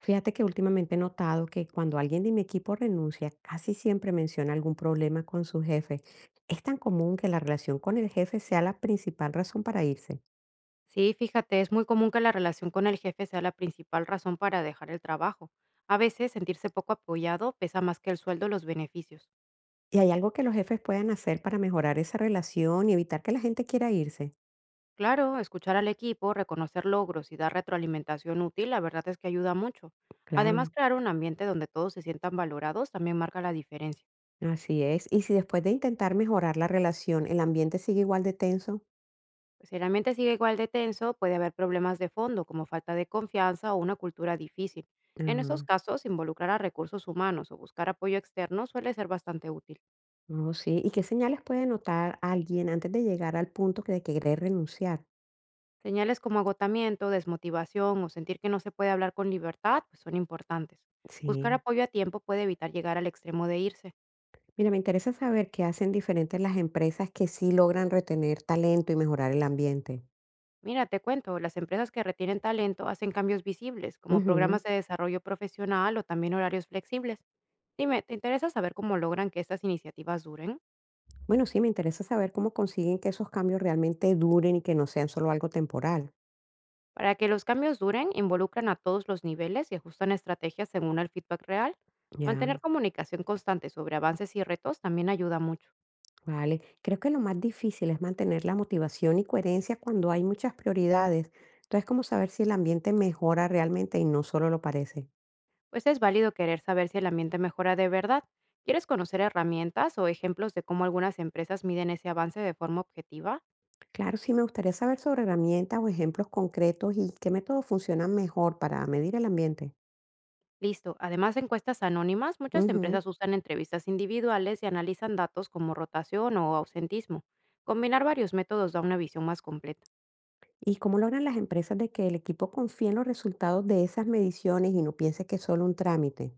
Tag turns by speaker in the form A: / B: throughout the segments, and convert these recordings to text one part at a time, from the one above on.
A: Fíjate que últimamente he notado que cuando alguien de mi equipo renuncia, casi siempre menciona algún problema con su jefe. Es tan común que la relación con el jefe sea la principal razón para irse.
B: Sí, fíjate, es muy común que la relación con el jefe sea la principal razón para dejar el trabajo. A veces sentirse poco apoyado pesa más que el sueldo o los beneficios.
A: ¿Y hay algo que los jefes puedan hacer para mejorar esa relación y evitar que la gente quiera irse?
B: Claro, escuchar al equipo, reconocer logros y dar retroalimentación útil, la verdad es que ayuda mucho.
A: Claro,
B: Además, crear un ambiente donde todos se sientan valorados también marca la diferencia.
A: así es. ¿Y si después de intentar mejorar la relación, el ambiente sigue igual de tenso?
B: Pues si el ambiente sigue igual de tenso, puede haber problemas de fondo, como falta de confianza o una cultura difícil. En esos
A: Ajá.
B: casos, involucrar a recursos humanos o buscar apoyo externo suele ser bastante útil.
A: Oh, sí. ¿Y qué señales puede notar alguien antes de llegar al de querer renunciar?
B: Señales como agotamiento, desmotivación o sentir que no se puede hablar con libertad pues son importantes. Buscar
A: Sí.
B: apoyo a tiempo puede evitar llegar al extremo de irse.
A: Mira, me interesa saber qué hacen diferentes las empresas que sí logran retener talento y mejorar el ambiente.
B: Mira, te cuento, las empresas que retienen talento hacen cambios visibles, como programas
A: Ujú.
B: de desarrollo profesional o también horarios flexibles. Dime, ¿te interesa saber cómo logran que estas iniciativas duren?
A: Bueno, sí, me interesa saber cómo consiguen que esos cambios realmente duren y que no sean solo algo temporal.
B: Para que los cambios duren, involucran a todos los niveles y ajustan estrategias según el feedback real. Mantener
A: Ya,
B: comunicación constante sobre avances y retos también ayuda mucho.
A: vale. Creo que lo más difícil es mantener la motivación y coherencia cuando hay muchas prioridades. Entonces, ¿cómo saber si el ambiente mejora realmente y no solo lo parece?
B: Pues es válido querer saber si el ambiente mejora de verdad. ¿Quieres conocer herramientas o ejemplos de cómo algunas empresas miden ese avance de forma objetiva?
A: Claro, sí, me gustaría saber sobre herramientas o ejemplos concretos y qué métodos funcionan mejor para medir el ambiente.
B: Listo. Además de encuestas anónimas, muchas empresas usan entrevistas individuales y analizan datos como rotación o ausentismo. Combinar varios métodos da una visión más completa.
A: ¿Y cómo logran las empresas de que el equipo confíe en los resultados de esas mediciones y no piense que es solo un trámite?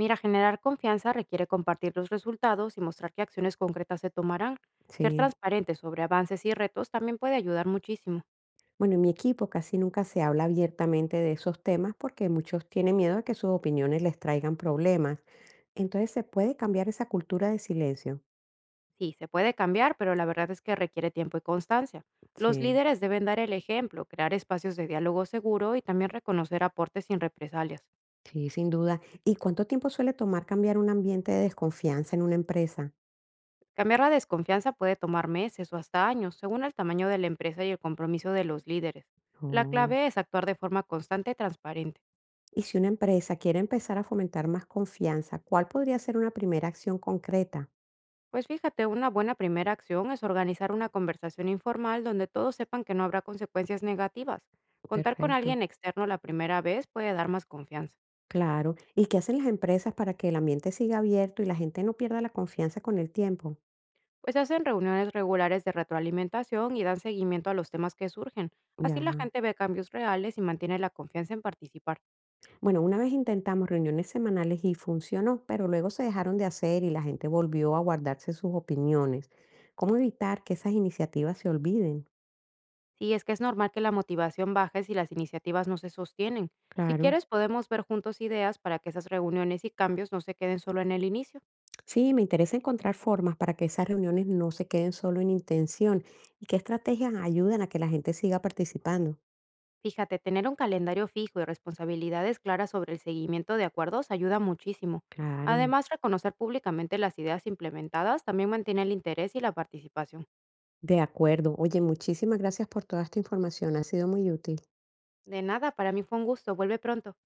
B: Mira, generar confianza requiere compartir los resultados y mostrar qué acciones concretas se tomarán. Ser
A: Sí.
B: transparente sobre avances y retos también puede ayudar muchísimo.
A: Bueno, en mi equipo casi nunca se habla abiertamente de esos temas porque muchos tienen miedo de que sus opiniones les traigan problemas. Entonces, ¿se puede cambiar esa cultura de silencio?
B: Sí, se puede cambiar, pero la verdad es que requiere tiempo y constancia. Los
A: Sí,
B: líderes deben dar el ejemplo, crear espacios de diálogo seguro y también reconocer aportes sin represalias.
A: sí, sin duda. ¿Y cuánto tiempo suele tomar cambiar un ambiente de desconfianza en una empresa?
B: Cambiar la desconfianza puede tomar meses o hasta años, según el tamaño de la empresa y el compromiso de los líderes. La
A: Oh.
B: clave es actuar de forma constante y transparente.
A: Y si una empresa quiere empezar a fomentar más confianza, ¿cuál podría ser una primera acción concreta?
B: Pues fíjate, una buena primera acción es organizar una conversación informal donde todos sepan que no habrá consecuencias negativas. Contar con alguien
A: Perfecto.
B: externo la primera vez puede dar más confianza.
A: Claro. ¿Y qué hacen las empresas para que el ambiente siga abierto y la gente no pierda la confianza con el tiempo?
B: Pues hacen reuniones regulares de retroalimentación y dan seguimiento a los temas que surgen. Así la
A: Ya.
B: gente ve cambios reales y mantiene la confianza en participar.
A: Bueno, una vez intentamos reuniones semanales y funcionó, pero luego se dejaron de hacer y la gente volvió a guardarse sus opiniones. ¿Cómo evitar que esas iniciativas se olviden?
B: Sí, es que es normal que la motivación baje si las iniciativas no se sostienen. Si
A: Claro.
B: quieres, podemos ver juntos ideas para que esas reuniones y cambios no se queden solo en el inicio.
A: Sí, me interesa encontrar formas para que esas reuniones no se queden solo en intención y qué estrategias ayudan a que la gente siga participando.
B: Fíjate, tener un calendario fijo y responsabilidades claras sobre el seguimiento de acuerdos ayuda muchísimo.
A: Claro.
B: Además, reconocer públicamente las ideas implementadas también mantiene el interés y la participación.
A: De acuerdo. Oye, muchísimas gracias por toda esta información. Ha sido muy útil.
B: De nada, para mí fue un gusto. Vuelve pronto.